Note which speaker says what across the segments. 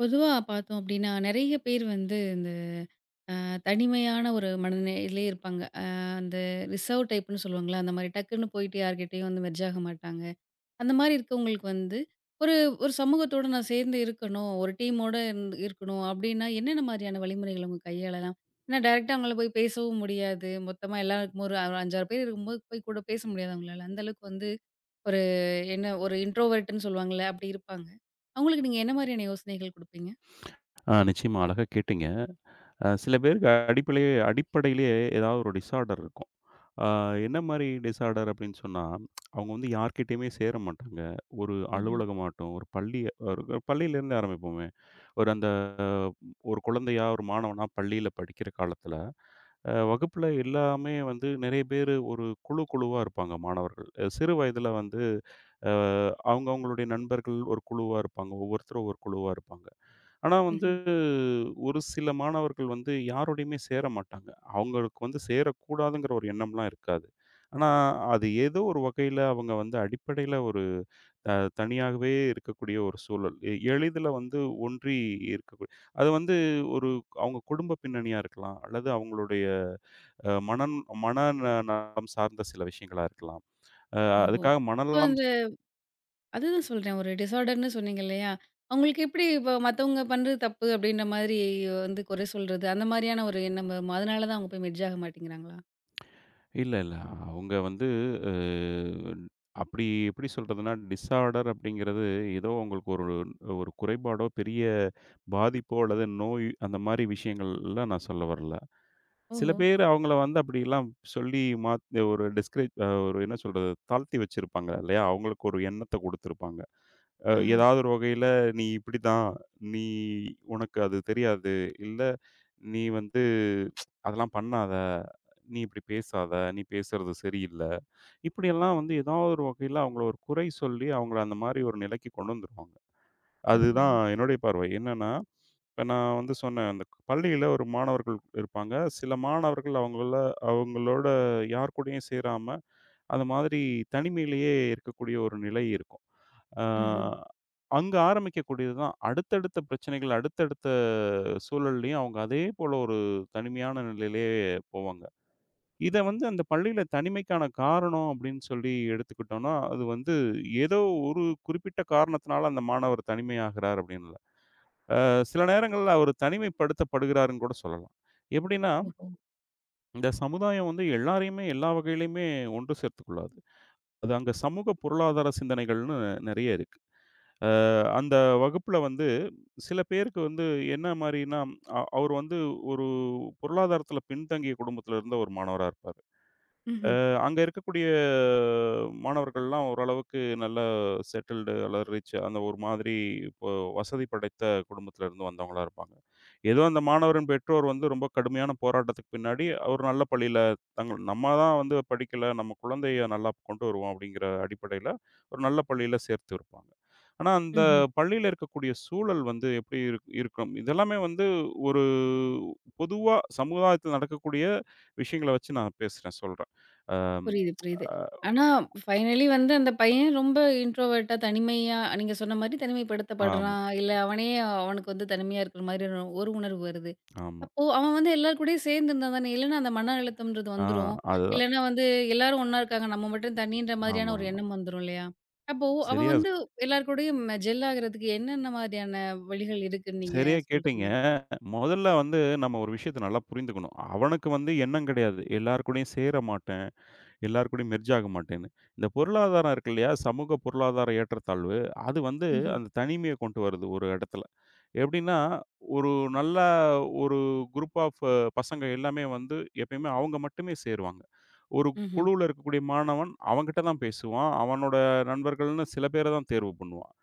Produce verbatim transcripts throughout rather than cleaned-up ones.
Speaker 1: பொதுவா பார்த்தோம் அப்டின்னா, நெறைய பேர் வந்து இந்த அ தனிமையான ஒரு மனநிலையிலே இருப்பாங்க. அ அந்த ரிசர்வ் டைப்ன்னு சொல்லுவாங்கல்ல, அந்த மாரி டக்குன்னு போயிட்டு யார்கிட்டயும் வந்து மெர்ஜ் ஆக மாட்டாங்க. அந்த மாரி இருக்கவங்களுக்கு வந்து, ஒரு ஒரு சமூகத்தோட நான் சேர்ந்து இருக்கணும், ஒரு டீமோட இருந்து இருக்கணும் அப்டின்னா, என்னென்ன மாரியான வழிமுறைகள் அவங்க கையாளலாம்? ஏன்னா டைரக்ட்டா அவங்கள போய் பேசவும் முடியாது. மொத்தமா எல்லாரும் இருக்கும்போது ஒரு ஐந்து, ஆறு பேர் இருக்கும்போது போய் கூட பேச முடியாது அவங்களால. அந்த அளவுக்கு வந்து ஒரு என்ன ஒரு இன்ட்ரோவர்ட்ன்னு சொல்லுவாங்கல்ல, அப்டி இருப்பாங்க. அவங்களுக்கு நீங்க என்ன மாரியான யோசனைகள் குடுப்பீங்க?
Speaker 2: ஆ நிச்சயமா அழகா கேட்டீங்க. அ சில பேருக்கு அடிப்படையே அடிப்படையிலேயே ஏதாவது ஒரு டிஸார்டர் இருக்கும். அ என்ன மாரி டிஸார்டர் அப்படின்னு சொன்னா, அவங்க வந்து யார்கிட்டயுமே சேர மாட்டாங்க. ஒரு
Speaker 1: ம்ஹ்ம்.
Speaker 2: அலுவலகமாகட்டும், ஒரு பள்ளி ஒரு பள்ளியிலேருந்து ஆரம்பிப்போமே. ஒரு அந்த ஒரு குழந்தையா, ஒரு மாணவனா பள்ளியில படிக்கிற காலத்தில, அ வகுப்புல எல்லாமே வந்து நெறைய பேரு ஒரு குழு குழுவா இருப்பாங்க மாணவர்கள். சிறு வயதில வந்து அ அவங்கவங்களுடைய நண்பர்கள் ஒரு குழுவா இருப்பாங்க. ஒவ்வொருத்தரும் ஒவ்வொரு குழுவா இருப்பாங்க. ஆனா வந்து,
Speaker 1: ம்ஹ்ம்.
Speaker 2: ஒரு சில மாணவர்கள் வந்து யாரோடையுமே சேர மாட்டாங்க. அவங்களுக்கு வந்து சேரக்கூடாதுங்கிற ஒரு எண்ணம்லாம் இருக்காது. ஆனா, அது ஏதோ ஒரு வகையில அவங்க வந்து அடிப்படையில ஒரு அ தனியாகவே இருக்கக்கூடிய ஒரு சூழல். எ எளிதில வந்து ஒன்றி இருக்கக்கூடிய அது வந்து ஒரு அவங்க குடும்ப பின்னணியா இருக்கலாம், அல்லது அவங்களுடைய அ மனம் மன ந நலம் சார்ந்த சில விஷயங்களா இருக்கலாம். அ
Speaker 1: ஓஹோ!
Speaker 2: அதுக்காக
Speaker 1: இப்போ
Speaker 2: மனநலம்
Speaker 1: அந்த அதுதான் சொல்றேன். ஒரு டிஸார்டர்ன்னு சொன்னீங்க இல்லையா? அவங்களுக்கு எப்படி இப்போ மத்தவங்க பண்றது தப்பு அப்படின்ற மாதிரி வந்து குறை சொல்றது, அந்த மாரியான ஒரு எண்ணம் வருமா? அதனால தான் அவங்க போய் மெர்ஜ் ஆக மாட்டேங்கிறாங்களா?
Speaker 2: இல்ல, இல்ல. அவங்க வந்து அ அப்படி எப்படி சொல்றதுன்னா, டிஸார்டர் அப்படிங்கிறது ஏதோ உங்களுக்கு ஒரு ஒரு குறைபாடோ, பெரிய பாதிப்போ அல்லது நோய் அந்த மாரி விஷயங்கள்லாம் நான் சொல்ல வரல. சில
Speaker 1: ஓஹோ!
Speaker 2: பேர் அவங்கள வந்து அப்படிலாம் சொல்லி மாத் ஒரு டிஸ்கரேஜ் அ ஒரு என்ன சொல்றது? தாழ்த்தி வச்சிருப்பாங்க இல்லையா? அவங்களுக்கு ஒரு எண்ணத்த குடுத்திருப்பாங்க. அ
Speaker 1: ஆஹா.
Speaker 2: ஏதாவது ஒரு வகையில நீ இப்படிதான், நீ உனக்கு அது தெரியாது. இல்ல நீ வந்து அதெல்லாம் பண்ணாத, நீ இப்படி பேசாத, நீ பேசுறது சரியில்ல. இப்படியெல்லாம் வந்து ஏதாவது ஒரு வகையில அவங்கள ஒரு குறை சொல்லி அவங்கள அந்த மாரி ஒரு நிலைக்கு கொண்டு வந்துருவாங்க.
Speaker 1: ஓஹோ!
Speaker 2: அதுதான் என்னுடைய பார்வை. என்னன்னா, இப்ப நான் வந்து சொன்னேன் அந்த பள்ளியில ஒரு மாணவர்கள் இருப்பாங்க. சில மாணவர்கள் அவங்கள அவங்களோட யார் கூடயும் சேராம, அந்த மாதிரி தனிமையிலேயே இருக்கக்கூடிய ஒரு நிலை இருக்கும். ஆ
Speaker 1: ம்ஹ்ம்.
Speaker 2: அங்க ஆரம்பிக்கக்கூடியது தான். அடுத்தடுத்த பிரச்சனைகள், அடுத்தடுத்த சூழல்லயும் அவங்க அதே போல ஒரு தனிமையான நிலையிலே போவாங்க. இத வந்து அந்த பள்ளியில தனிமைக்கான காரணம் அப்படின்னு சொல்லி எடுத்துக்கிட்டோம்னா, அது வந்து ஏதோ ஒரு குறிப்பிட்ட காரணத்தினால அந்த மாணவர் தனிமையாகிறார் அப்படின்னு இல்ல. அ சில நேரங்கள்ல அவர் தனிமைப்படுத்தப்படுகிறாருன்னு கூட சொல்லலாம். எப்படின்னா,
Speaker 1: ஓஹோ!
Speaker 2: இந்த சமுதாயம் வந்து எல்லாரையுமே எல்லா வகையிலயுமே ஒன்று சேர்த்துக் கொள்ளாது. அது அங்க சமூக பொருளாதார சிந்தனைகள்னு நெறைய இருக்கு. அந்த வகுப்புல வந்து சில பேருக்கு வந்து என்ன மாரின்னா, அ அவர் வந்து ஒரு பொருளாதாரத்தில பின்தங்கிய குடும்பத்தில இருந்த ஒரு மாணவரா இருப்பார்.
Speaker 1: ம்ஹ்ம்.
Speaker 2: அங்க இருக்கக்கூடிய மாணவர்கள்லாம் ஓரளவுக்கு நல்ல செட்டில்டு அல்லது ரிச் அந்த ஒரு மாதிரி இப்போ வசதி படைத்த குடும்பத்துல இருந்து வந்தவங்களா இருப்பாங்க. ஏதோ அந்த மாணவரின் பெற்றோர் வந்து ரொம்ப கடுமையான போராட்டத்துக்கு பின்னாடி ஒரு நல்ல பள்ளியில தங்கள் நம்ம தான் வந்து படிக்கல, நம்ம குழந்தைய நல்லா கொண்டு வருவோம் அப்படிங்கிற அடிப்படையில ஒரு நல்ல பள்ளியில சேர்த்து இருப்பாங்க. ஆனா அந்த
Speaker 1: ம்ஹ்ம்.
Speaker 2: பள்ளியில இருக்கக்கூடிய சூழல் வந்து எப்படி இருக் இருக்கும்? இதெல்லாமே வந்து ஒரு பொதுவா சமுதாயத்துல நடக்கக்கூடிய விஷயங்கள வச்சு நான் பேசுறேன், சொல்றேன். ஆம்.
Speaker 1: புரியுது, புரியுது.
Speaker 2: அ
Speaker 1: ஆனா ஃபைனலி வந்து அந்த பையன் ரொம்ப இன்ட்ரோவெர்ட்டா தனிமையா நீங்க சொன்ன மாரி
Speaker 2: ஆமா,
Speaker 1: தனிமைப்படுத்தப்படுறான். இல்ல அவனே அவனுக்கு வந்து தனிமையா இருக்கிற மாரி ஒரு ஒரு உணர்வு வருது.
Speaker 2: ஆமா.
Speaker 1: அப்போ அவன் வந்து எல்லார் கூடயும் சேர்ந்து இருந்தா தானே! இல்லன்னா அந்த மன அழுத்தம்ன்றது
Speaker 2: ஆ
Speaker 1: வந்துரும்.
Speaker 2: அதுதான்.
Speaker 1: இல்லன்னா வந்து எல்லாரும் ஒண்ணா இருக்காங்க. நம்ம மட்டும் தனின்ற மாதிரியான
Speaker 2: ஆமா.
Speaker 1: ஒரு எண்ணம் வந்துரும் இல்லயா! அப்போ அவன்
Speaker 2: சரியா
Speaker 1: வந்து எல்லார் கூடயும் ஜெல் ஆகுறதுக்கு என்னென்ன மாதிரியான வழிகள் இருக்குன்னு நீங்க
Speaker 2: சரியா கேட்டீங்க.
Speaker 1: சொல்றீங்க?
Speaker 2: மொதல்ல வந்து நம்ம ஒரு விஷயத்த நல்லா புரிந்துக்கணும். அவனுக்கு வந்து எண்ணம் கிடையாது. எல்லார் கூடயும் சேர மாட்டேன், எல்லார் கூடயும் மெர்ஜ் ஆக மாட்டேன்னு. இந்த பொருளாதாரம் இருக்கு இல்லையா? சமூக பொருளாதார ஏற்றத்தாழ்வு, அது வந்து
Speaker 1: ம்ஹ்ம்.
Speaker 2: அந்த தனிமைய கொண்டு வருது ஒரு இடத்துல. எப்படின்னா, ஒரு நல்ல ஒரு குரூப் ஆஃப் பசங்க எல்லாமே வந்து எப்பயுமே அவங்க மட்டுமே சேருவாங்க. ஒரு
Speaker 1: ம்ஹ்ம்.
Speaker 2: குழுவுல இருக்கக்கூடிய மாணவன் அவன்கிட்ட தான் பேசுவான். அவனோட நண்பர்கள்ன்னு சில பேர தான் தேர்வு பண்ணுவான்.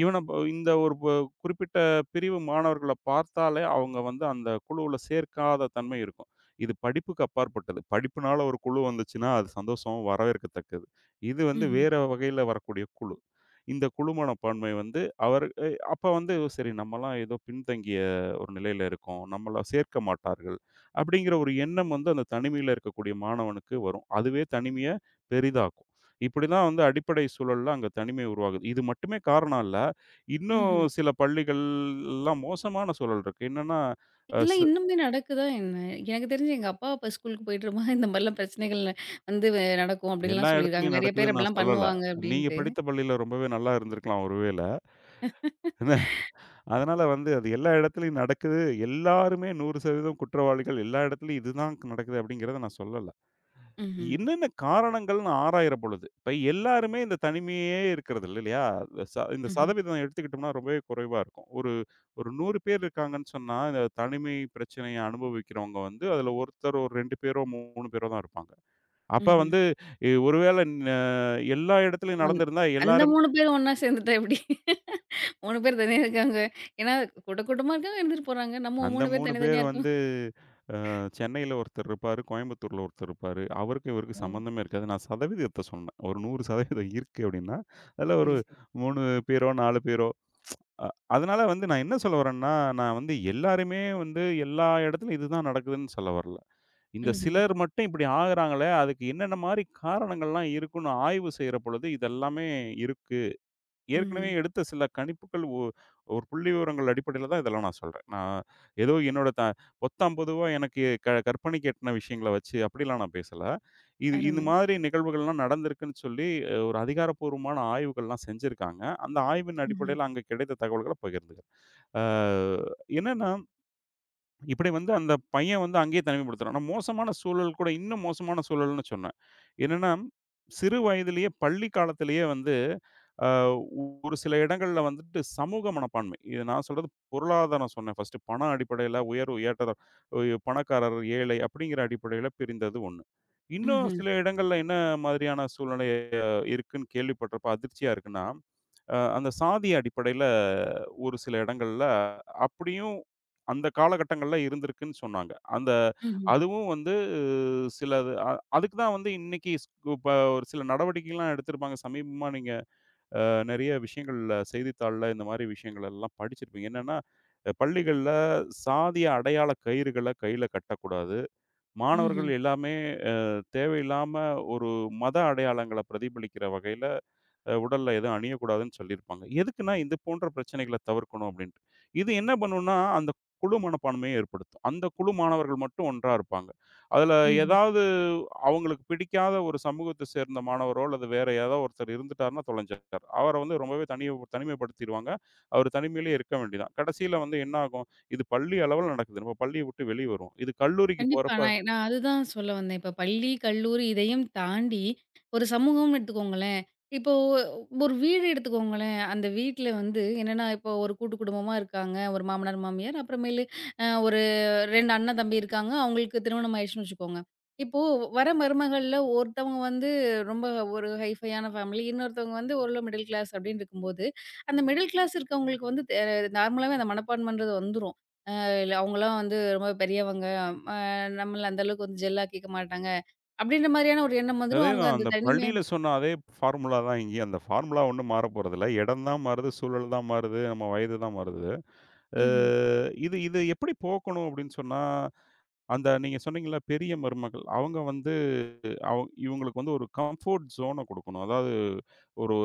Speaker 2: இவன ப இந்த ஒரு ப குறிப்பிட்ட பிரிவு மாணவர்கள பார்த்தாலே, அவங்க வந்து அந்த குழுவுல சேர்க்காத தன்மை இருக்கும். இது படிப்புக்கு அப்பாற்பட்டது. படிப்புனால ஒரு குழு வந்துச்சுன்னா, அது சந்தோஷம், வரவேற்கத்தக்கது. இது வந்து
Speaker 1: ம்ஹ்ம்.
Speaker 2: வேற வகையில வரக்கூடிய குழு. இந்த குழு மனப்பான்மை வந்து அவர் எ அப்ப வந்து சரி நம்மலாம் ஏதோ பின்தங்கிய ஒரு நிலையில இருக்கோம். நம்மள சேர்க்க மாட்டார்கள். அப்படிங்கிற ஒரு எண்ணம் வந்து அந்த தனிமையில இருக்கக்கூடிய மாணவனுக்கு வரும். அதுவே தனிமைய பெரிதாக்கும். இப்படிதான் வந்து அடிப்படை சூழல்ல அங்க தனிமை உருவாகுது. இது மட்டுமே காரணம் இல்ல. இன்னும்
Speaker 1: ம்ஹ்ம்.
Speaker 2: சில பள்ளிகள் எல்லாம் மோசமான சூழல் இருக்கு. என்னன்னா, அ ச
Speaker 1: இதெல்லாம் இன்னுமே நடக்குதா என்ன? எனக்கு தெரிஞ்சு எங்க அப்பா அப்ப ஸ்கூலுக்கு போயிட்டுருக்கும்போது இந்த மாரிலாம் பிரச்சனைகள் ந- வந்து வ நடக்கும்
Speaker 2: எல்லா
Speaker 1: அப்பிடின்லாம் சொல்லியிருக்காங்க.
Speaker 2: இடத்துலயும்
Speaker 1: நெறைய பேர்
Speaker 2: நடக்குதுன்னு நான்
Speaker 1: அப்பிடிலாம்
Speaker 2: சொல்லல.
Speaker 1: பண்ணுவாங்க
Speaker 2: நீங்க
Speaker 1: அப்பிடின்ட்டு.
Speaker 2: படித்த பள்ளியில ரொம்பவே நல்லா இருந்திருக்கலாம் ஒருவேள. அதனால வந்து அது எல்லா இடத்துலயும் நடக்குது. எல்லாருமே நூறு சதவீதம் குற்றவாளிகள். எல்லா இடத்துலயும் இதுதான் நடக்குது அப்படிங்கிறத நான் சொல்லல.
Speaker 1: ம்ஹ்ம்.
Speaker 2: என்னென்ன காரணங்கள்னு ஆராயிற பொழுது, இப்ப எல்லாருமே இந்த தனிமையே இருக்கிறது இல்லை இல்லையா? இந்த ச இந்த
Speaker 1: ம்ஹ்ம்.
Speaker 2: சதவீதம் எடுத்துக்கிட்டோம்னா ரொம்பவே குறைவா இருக்கும். ஒரு ஒரு நூறு பேர் இருக்காங்கன்னு சொன்னா, இந்த தனிமை பிரச்சனைய அனுபவிக்கிறவங்க வந்து, அதுல ஒருத்தர் ஒரு ரெண்டு பேரோ, மூணு பேரோ தான் இருப்பாங்க. அப்ப
Speaker 1: ம்ஹ்ம்.
Speaker 2: வந்து இ ஒருவேளை ந எல்லா இடத்துலயும்
Speaker 1: அந்
Speaker 2: நடந்திருந்தா
Speaker 1: அந்த
Speaker 2: எல்லாரும்
Speaker 1: மூணு பேரும் ஒண்ணா சேர்ந்துட்டா எப்பிடி? மூணு பேர் தனியா இருக்காங்க. ஏன்னா கூட்ட கூட்டமா இருக்காங்க, இருந்துட்டு போறாங்க. நம்ம
Speaker 2: அந்த
Speaker 1: மூணு பேர்
Speaker 2: மூணு பேர்
Speaker 1: தனித்தனியா இருக்கோம்.
Speaker 2: வந்து அ சென்னையில ஒருத்தர் இருப்பாரு, கோயம்புத்தூர்ல ஒருத்தர் இருப்பாரு. அவருக்கும் இவருக்கும்
Speaker 1: ஓ!
Speaker 2: சம்மந்தமே இருக்காது. நான் சதவீதத்த சொன்னேன். ஒரு நூறு சதவீதம் இருக்கு அப்படின்னா, அதுல ஒரு
Speaker 1: சரி, சரி.
Speaker 2: மூணு பேரோ, நாலு பேரோ அ அதனால வந்து நான் என்ன சொல்ல வரேன்னா, நான் வந்து எல்லாருமே வந்து எல்லா இடத்துலயும் இதுதான் நடக்குதுன்னு சொல்ல வரல. இந்த
Speaker 1: ம்ஹ்ம்.
Speaker 2: சிலர் மட்டும் இப்படி ஆகுறாங்களே, அதுக்கு என்னென்ன மாரி காரணங்கள்லாம் இருக்குன்னு ஆய்வு செய்ற பொழுது, இதெல்லாமே இருக்கு.
Speaker 1: ம்ஹ்ம்.
Speaker 2: ஏற்கனவே எடுத்த சில கணிப்புகள் ஒ ஒரு புள்ளிவிவரங்கள் அடிப்படையில தான் இதெல்லாம் நான் சொல்றேன். நான் ஏதோ என்னோட த பொத்தாம் பொதுவா எனக்கு க கற்பனைக்கு எட்டுன விஷயங்கள வச்சு அப்படிலாம் நான் பேசல. இது இந்த
Speaker 1: அருமை.
Speaker 2: மாதிரி நிகழ்வுகள்லாம் நடந்திருக்குன்னு சொல்லி அஹ், ஒரு அதிகாரப்பூர்வமான ஆய்வுகள்லாம் செஞ்சிருக்காங்க. அந்த ஆய்வின்
Speaker 1: ம்ஹ்ம்.
Speaker 2: அடிப்படையில அங்க கிடைத்த தகவல்கள பகிர்ந்துக்கிறேன். ஆ என்னன்னா, இப்படி வந்து அந்த பையன் வந்து அங்கேயே தனிமைப்படுத்துறான். நான் மோசமான சூழல் கூட இன்னும் மோசமான சூழல்னு சொன்னேன். என்னன்னா, சிறு வயதிலேயே பள்ளி காலத்திலேயே வந்து அ ஒரு சில இடங்கள்ல வந்துட்டு சமூக மனப்பான்மை. இது நான் சொல்றது பொருளாதாரம் சொன்னேன் ஃபர்ஸ்ட்டு. பண அடிப்படையில உயர்வு, ஏற்றத்தாழ் உ பணக்காரர், ஏழை அப்படிங்கிற அடிப்படையில பிரிந்தது ஒண்ணு. இன்னும்
Speaker 1: ம்ஹ்ம்.
Speaker 2: சில இடங்கள்ல என்ன மாதிரியான சூழ்நிலை அஹ், இருக்குன்னு கேள்விப்பட்டப்ப அதிர்ச்சியா இருக்குன்னா அ அந்த சாதிய அடிப்படையில ஒரு சில இடங்கள்ல அப்படியும் அந்த காலகட்டங்கள்ல இருந்திருக்குன்னு சொன்னாங்க. அந்த
Speaker 1: ம்ஹ்ம்.
Speaker 2: அதுவும் வந்து சிலது அ அதுக்கு தான் வந்து இன்னைக்கு ஸ் இப்ப ஒரு சில நடவடிக்கைலாம் எடுத்திருப்பாங்க. சமீபமா நீங்க அ நெறைய விஷயங்கள்ல செய்தித்தாள்ல இந்த மாரி விஷயங்கள் எல்லாம் படிச்சிருப்பீங்க. என்னன்னா, அ பள்ளிகள்ல சாதிய அடையாள கயிறுகள கையில கட்டக்கூடாது. மாணவர்கள்
Speaker 1: ம்ஹ்ம்.
Speaker 2: எல்லாமே அ தேவையில்லாம ஒரு மத அடையாளங்கள பிரதிபலிக்கிற வகையில அஹ் உடல்ல எதுவும் அணியக்கூடாதுன்னு சொல்லியிருப்பாங்க. எதுக்குன்னா, இது போன்ற பிரச்சனைகள தவிர்க்கணும் அப்டின்ட்டு. இது என்ன பண்ணும்னா, அந்த குழு மனப்பான்மைய ஏற்படுத்தும். அந்த குழு மாணவர்கள் மட்டும் ஒன்றா இருப்பாங்க. அதுல
Speaker 1: ம்ஹ்ம். ம்ஹ்ம்.
Speaker 2: ஏதாவது அவங்களுக்கு பிடிக்காத ஒரு சமூகத்த சேர்ந்த மாணவரோ, அல்லது வேற யாராவது ஒருத்தர் இருந்துட்டாருன்னா தொலைஞ்சிட்டார். அவர வந்து ரொம்பவே தனிய தனிமைப்படுத்திருவாங்க. அவர் தனிமையிலே இருக்க வேண்டியதான். கடைசியில வந்து என்ன ஆகும்? இது பள்ளி அளவுல நடக்குது. நம்ம பள்ளிய விட்டு வெளிய வருவோம். இது கல்லூரிக்கு
Speaker 1: கண்டிப்பா.
Speaker 2: போறப்ப
Speaker 1: நான் நான் அதுதான் சொல்ல வந்தேன். இப்ப பள்ளி, கல்லூரி இதையும் தாண்டி ஒரு சமூகம்னு எடுத்துக்கோங்களேன். இப்போ ஒரு வீடு எடுத்துக்கோங்களேன். அந்த வீட்ல வந்து என்னன்னா, இப்போ ஒரு கூட்டு குடும்பமா இருக்காங்க. ஒரு மாமனார், மாமியார் அப்புறமேலு அ ஒரு ரெண்டு அண்ணன், தம்பி இருக்காங்க. அவங்களுக்கு திருமணம் ஆயிடுச்சுன்னு வச்சுக்கோங்க. இப்போ வர மருமகள்ல ஒருத்தவங்க வந்து ரொம்ப ஒரு ஹைஃபையான ஃபேமிலி. இன்னொருத்தவங்க வந்து ஓரளவு மிடில் கிளாஸ் அப்படின்னு இருக்கும்போது, அந்த மிடில் கிளாஸ் இருக்கவங்களுக்கு வந்து தெ நார்மலாவே அந்த மனப்பான்மைன்றது வந்துரும். இல்ல அவங்கலாம் வந்து ரொம்ப பெரியவங்க. அ நம்மள அந்த அளவுக்கு வந்து ஜெல்லா கேட்க மாட்டாங்க. அப்படின்ற மாரியான ஒரு எண்ணம் வந்துரும். அவங்க
Speaker 2: அதேதான்.
Speaker 1: அந்த
Speaker 2: அந்த
Speaker 1: தனிமை
Speaker 2: பள்ளியில சொன்ன அதே ஃபார்முலா தான் இங்கேயும். அந்த ஃபார்முலா ஒண்ணும் மாறப்போறதில்ல. இடம் தான் மாறுது, சூழல் தான் மாறுது, நம்ம வயது தான் மாறுது. அ
Speaker 1: ம்ஹ்ம்,
Speaker 2: இது இது எப்படி போக்கணும் அப்படின்னு சொன்னா, அந்த நீங்க சொன்னீங்கல்ல பெரிய மருமகள், அவங்க வந்து அவ் இவங்களுக்கு வந்து ஒரு கம்ஃபோர்ட் ஜோன குடுக்கணும். அதாவது ஒரு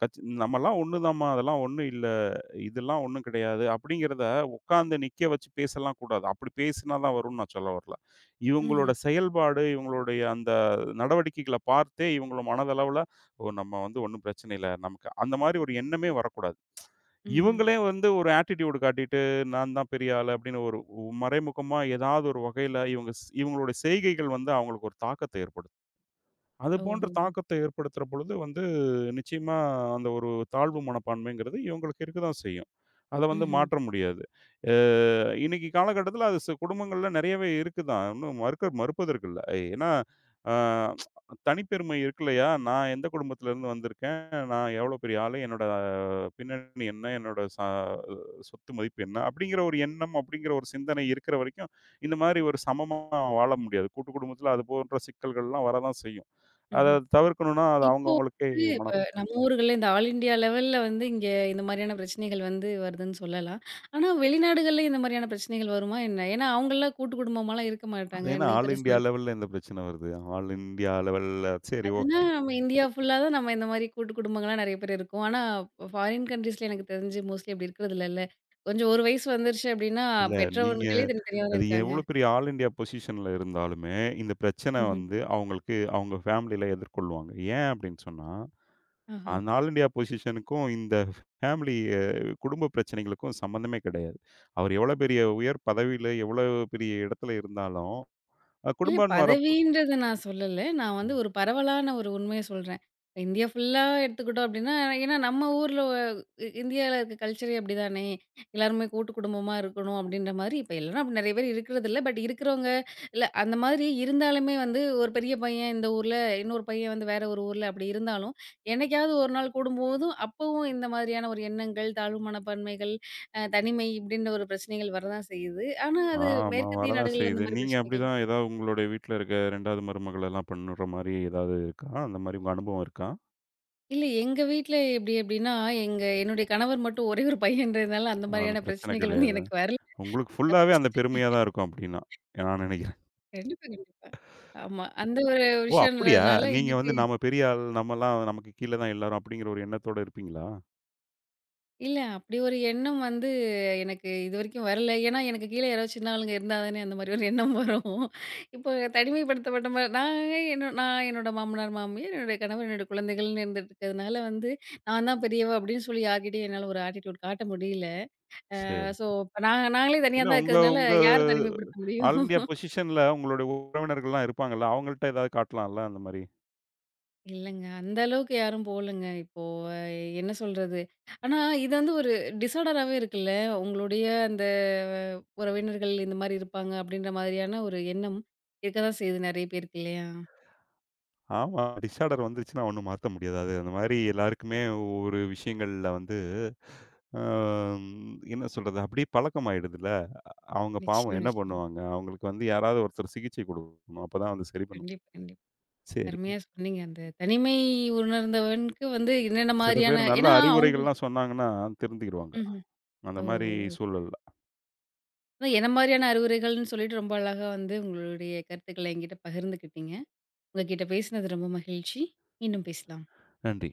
Speaker 2: கச் "நம்மலாம் ஒண்ணுதாம்மா, அதெல்லாம் ஒண்ணும் இல்ல. இதெல்லாம் ஒண்ணும் கிடையாது." அப்படிங்கிறத உட்காந்து நிக்க வச்சு பேசலாம் கூடாது. அப்படி பேசினா தான் வரும்ன்னு நான் சொல்ல வரல. இவங்களோட
Speaker 1: ம்ஹ்ம்,
Speaker 2: செயல்பாடு, இவங்களுடைய அந்த நடவடிக்கைகள பார்த்தே இவங்கள மனதளவுல, "ஓ! நம்ம வந்து ஒண்ணும் பிரச்சனை இல்ல. நமக்கு" அந்த மாரி ஒரு எண்ணமே வரக்கூடாது.
Speaker 1: ம்ஹ்ம்.
Speaker 2: இவங்களே வந்து ஒரு ஆட்டிட்யூட் காட்டிட்டு, "நான் தான் பெரிய ஆளு" அப்படின்னு ஒரு மறைமுகமா ஏதாவது ஒரு வகையில இவங்க ஸ் இவங்களுடைய செய்கைகள் வந்து அவங்களுக்கு ஒரு தாக்கத்த ஏற்படுத்தும். அது போன்ற
Speaker 1: ஓஹோ!
Speaker 2: தாக்கத்தை ஏற்படுத்துற பொழுது வந்து நிச்சயமா அந்த ஒரு தாழ்வு மனப்பான்மைங்கிறது இவங்களுக்கு இருக்க தான் செய்யும். அத வந்து
Speaker 1: ம்ஹ்ம்,
Speaker 2: மாற்ற முடியாது. அ இன்னைக்கு காலகட்டத்தில அது ச குடும்பங்கள்ல நிறையவே இருக்கு தான். ஒண்ணும் மறுக்க மறுப்பதற்கு இல்ல. ஏன்னா, அ தனிப்பெருமை இருக்குல்லையா? நான் எந்த குடும்பத்திலேருந்து வந்திருக்கேன், நான் எவ்வளோ பெரிய ஆளு, என்னோட பின்னணி என்ன, என்னோட ச சொத்து மதிப்பு என்ன, அப்படிங்கிற ஒரு எண்ணம், அப்படிங்கிற ஒரு சிந்தனை இருக்கிற வரைக்கும், இந்த மாரி ஒரு சமமா வாழ முடியாது. கூட்டு குடும்பத்தில அது போன்ற சிக்கல்கள்லாம் வரதான் செய்யும்.
Speaker 1: ம்ஹ்ம்.
Speaker 2: அத தவிர்க்கணும்னா, அது
Speaker 1: இப்போ
Speaker 2: அவங்கவங்களுக்கே
Speaker 1: வந்து இப்ப
Speaker 2: மனப்
Speaker 1: நம்ம ஊர்கள்ல இந்த ஆல் இண்டியா லெவல்ல வந்து இங்க இந்த மாரியான பிரச்சனைகள் வந்து வருதுன்னு சொல்லலாம். ஆனா வெளிநாடுகள்ல இந்த மாரியான பிரச்சனைகள் வருமா என்ன? ஏன்னா அவங்கலாம் கூட்டு குடும்பமாலாம் இருக்க
Speaker 2: அது
Speaker 1: மாட்டாங்க.
Speaker 2: ஏன்னா
Speaker 1: நீ
Speaker 2: ஆல் இண்டியா
Speaker 1: பெருசுனா
Speaker 2: லெவல்ல இந்த பிரச்சனை வருது. ஆல் இண்டியா லெவல்ல சரி
Speaker 1: அதுனா
Speaker 2: ஓகே.
Speaker 1: நம்ம இந்தியா ஃபுல்லா தான் நம்ம இந்த மாரி கூட்டு குடும்பங்களா நெறைய பேர் இருக்கோம். ஆனா ஃபாரின் கண்ட்ரீஸ்ல எனக்கு தெரிஞ்சு மோஸ்ட்லி அப்படி இருக்கிறது இல்லல்ல. கொஞ்சம் ஒரு வயசு வந்துருச்சு அப்படின்னா,
Speaker 2: இல்ல நீங்க
Speaker 1: பெற்றவர்களே தனித்தனியா தானே
Speaker 2: அது
Speaker 1: இருக்காங்க.
Speaker 2: எவ்வளோ பெரிய ஆல் இண்டியா பொசிஷன்ல இருந்தாலுமே, இந்த பிரச்சனை
Speaker 1: ம்ஹ்ம்.
Speaker 2: வந்து அவங்களுக்கு அவங்க ஃபேமிலில எதிர்கொள்வாங்க. ஏன் அப்படின்னு சொன்னா,
Speaker 1: ஆஹா.
Speaker 2: அந்த ஆல் இண்டியா பொசிஷனுக்கும் இந்த ஃபேமிலி அ குடும்ப பிரச்சனைகளுக்கும் சம்மந்தமே கிடையாது. அவர் எவ்வளோ பெரிய உயர் பதவியில, எவ்வளோ பெரிய இடத்துல இருந்தாலும், அ
Speaker 1: இல்ல
Speaker 2: குடும்பம்ன்னு வரப்போ
Speaker 1: பதவின்றத நான் சொல்லல. நான் வந்து ஒரு பரவலான ஒரு உண்மைய சொல்றேன். இந்தியா ஃபுல்லா எடுத்துக்கிட்டோம் அப்டின்னா, ஏன்னா நம்ம ஊர்ல ஒ- இ இந்தியால இருக்க கல்ச்சரே அப்டிதானே. எல்லாருமே கூட்டு குடும்பமா இருக்கணும் அப்டின்ற மாரி இப்ப எல்லாரும் அப்படி நெறைய பேர் இருக்கிறதில்ல. பட் இருக்கிறவங்க இல்ல அந்த மாதிரி இருந்தாலுமே வந்து ஒரு பெரிய பையன் இந்த ஊர்ல, இன்னொரு பையன் வந்து வேற ஒரு ஊர்ல அப்படி இருந்தாலும், என்னைக்காவது ஒரு நாள் கூடும்போதும் அப்பவும் இந்த மாதிரியான ஒரு எண்ணங்கள், தாழ்வு மனப்பான்மைகள், அ தனிமை இப்படின்ற ஒரு பிரச்சனைகள் வரதான் செய்யுது. ஆனா அது
Speaker 2: ஆமா.
Speaker 1: மேற்கத்திய
Speaker 2: வரதான்
Speaker 1: நாடுகள்ல அந்த
Speaker 2: செய்யுது.
Speaker 1: மாரி
Speaker 2: நீங்க
Speaker 1: பிரச்சனைகள்
Speaker 2: அப்படிதான் ஏதாவது உங்களுடைய வீட்ல இருக்க ரெண்டாவது மருமகள் எல்லாம் பண்ணுற மாரி ஏதாவது இருக்கா? அந்த மாரி உங்க அனுபவம் இருக்கா?
Speaker 1: இல்ல. எங்க வீட்ல எப்டி அப்டின்னா, எங்க என்னுடைய கணவர் மட்டும் ஒரே ஒரு பையன்றதுனால, அந்த
Speaker 2: அது
Speaker 1: மாரியான
Speaker 2: பிரச்சனை
Speaker 1: பிரச்சனைகள் வந்து
Speaker 2: கிடையாது.
Speaker 1: எனக்கு வரல.
Speaker 2: உங்களுக்கு ஃபுல்லாவே அந்த
Speaker 1: தப்பிச்சுட்டேன்.
Speaker 2: பெருமையா தான் இருக்கும் அப்படின்னா, நான் நினைக்கிறேன்.
Speaker 1: கண்டிப்பா, கண்டிப்பா. ஆமா. அந்த ஒரு
Speaker 2: ஓ! அப்படியா?
Speaker 1: விஷயம்ன்றதுனால
Speaker 2: நீங்க
Speaker 1: எனக்கு
Speaker 2: வந்து நாம பெரிய ஆள், நம்மலாம் நமக்கு கீழ தான் எல்லாரும் அப்படிங்கிற ஒரு எண்ணத்தோட இருப்பீங்களா?
Speaker 1: இல்ல அப்டி ஒரு எண்ணம் வந்து எனக்கு இதுவரைக்கும் வரல. ஏன்னா, எனக்கு கீழ யாராவது சின்ன ஆளுங்க இருந்தா தானே அந்த மாரி ஒரு எண்ணம் வரும். இப்போ தனிமைப்படுத்தப்பட்ட மாரி நான் என்ன நான் என்னோட மாமனார், மாமியார், என்னுடைய கணவர், என்னோட குழந்தைகள்னு இருந்துட்டு இருக்கிறதுனால வந்து, நான் தான் பெரியவ அப்டின்னு சொல்லி யார்கிட்டயும் என்னால ஒரு ஆட்டிட்யூட் காட்ட முடியல.
Speaker 2: சரி.
Speaker 1: அ சோ இப்ப நாங்க நாங்களே தனியா
Speaker 2: இல்ல
Speaker 1: தான்
Speaker 2: உங்க
Speaker 1: இருக்கிறதுனால,
Speaker 2: உங்க
Speaker 1: யார தனிமைப்படுத்த முடியும்?
Speaker 2: ஆல் இந்தியா பொசிஷன்ல உங்களுடைய உறவினர்கள்லாம் இருப்பாங்கல்ல, அவங்கள்ட்ட ஏதாவது காட்டலாம்ல அந்த மாரி?
Speaker 1: இல்லங்க. அந்த அளவுக்கு யாரும் போலங்க. இப்போ அ என்ன சொல்றது? ஆனா இது வந்து ஒரு டிஸார்டராவே இருக்குல்ல. உங்களுடைய அந்த அஹ், உறவினர்கள் இந்த மாரி இருப்பாங்க, அப்படின்ற மாதிரியான ஒரு எண்ணம் இருக்க தான் செய்யுது நெறைய பேருக்கு இல்லையா?
Speaker 2: ஆமா. டிஸார்டர் வந்துருச்சுன்னா ஒண்ணும் மாத்த முடியாது. அது அந்த மாரி எல்லாருக்குமே ஒரு விஷயங்கள்ல வந்து அ என்ன சொல்றது? அப்படியே பழக்கமாயிடுதுல்ல. அவங்க பாவம்
Speaker 1: நிச்சயமா,
Speaker 2: என்ன
Speaker 1: நிச்சயமா.
Speaker 2: பண்ணுவாங்க? அவங்களுக்கு வந்து யாராவது ஒருத்தர் சிகிச்சை குடுக்கணும். அப்பதான் வந்து சரி பண்ணுவாங்க.
Speaker 1: கண்டிப்பா, கண்டிப்பா.
Speaker 2: சரி.
Speaker 1: அருமையா சொன்னீங்க. அந்த தனிமை உணர்ந்தவனுக்கு வந்து என்னென்ன
Speaker 2: சில பேர்
Speaker 1: மாதிரியான
Speaker 2: நல்ல
Speaker 1: ஏன்னா அவங்க
Speaker 2: அறிவுரைகள்லாம் சொன்னாங்கன்னா திருந்திருவாங்க.
Speaker 1: ம்ஹ்ம். ஓ!
Speaker 2: அந்த மாரி
Speaker 1: ஓ, ஓ.
Speaker 2: சூழல்ல.
Speaker 1: அதான் என்ன மாதிரியான அறிவுரைகள்ன்னு சொல்லிட்டு ரொம்ப அழகா வந்து உங்களுடைய கருத்துக்கள என்கிட்ட பகிர்ந்துக்கிட்டீங்க. உங்ககிட்ட பேசினது ரொம்ப மகிழ்ச்சி. மீண்டும் பேசலாம்.
Speaker 2: நன்றி.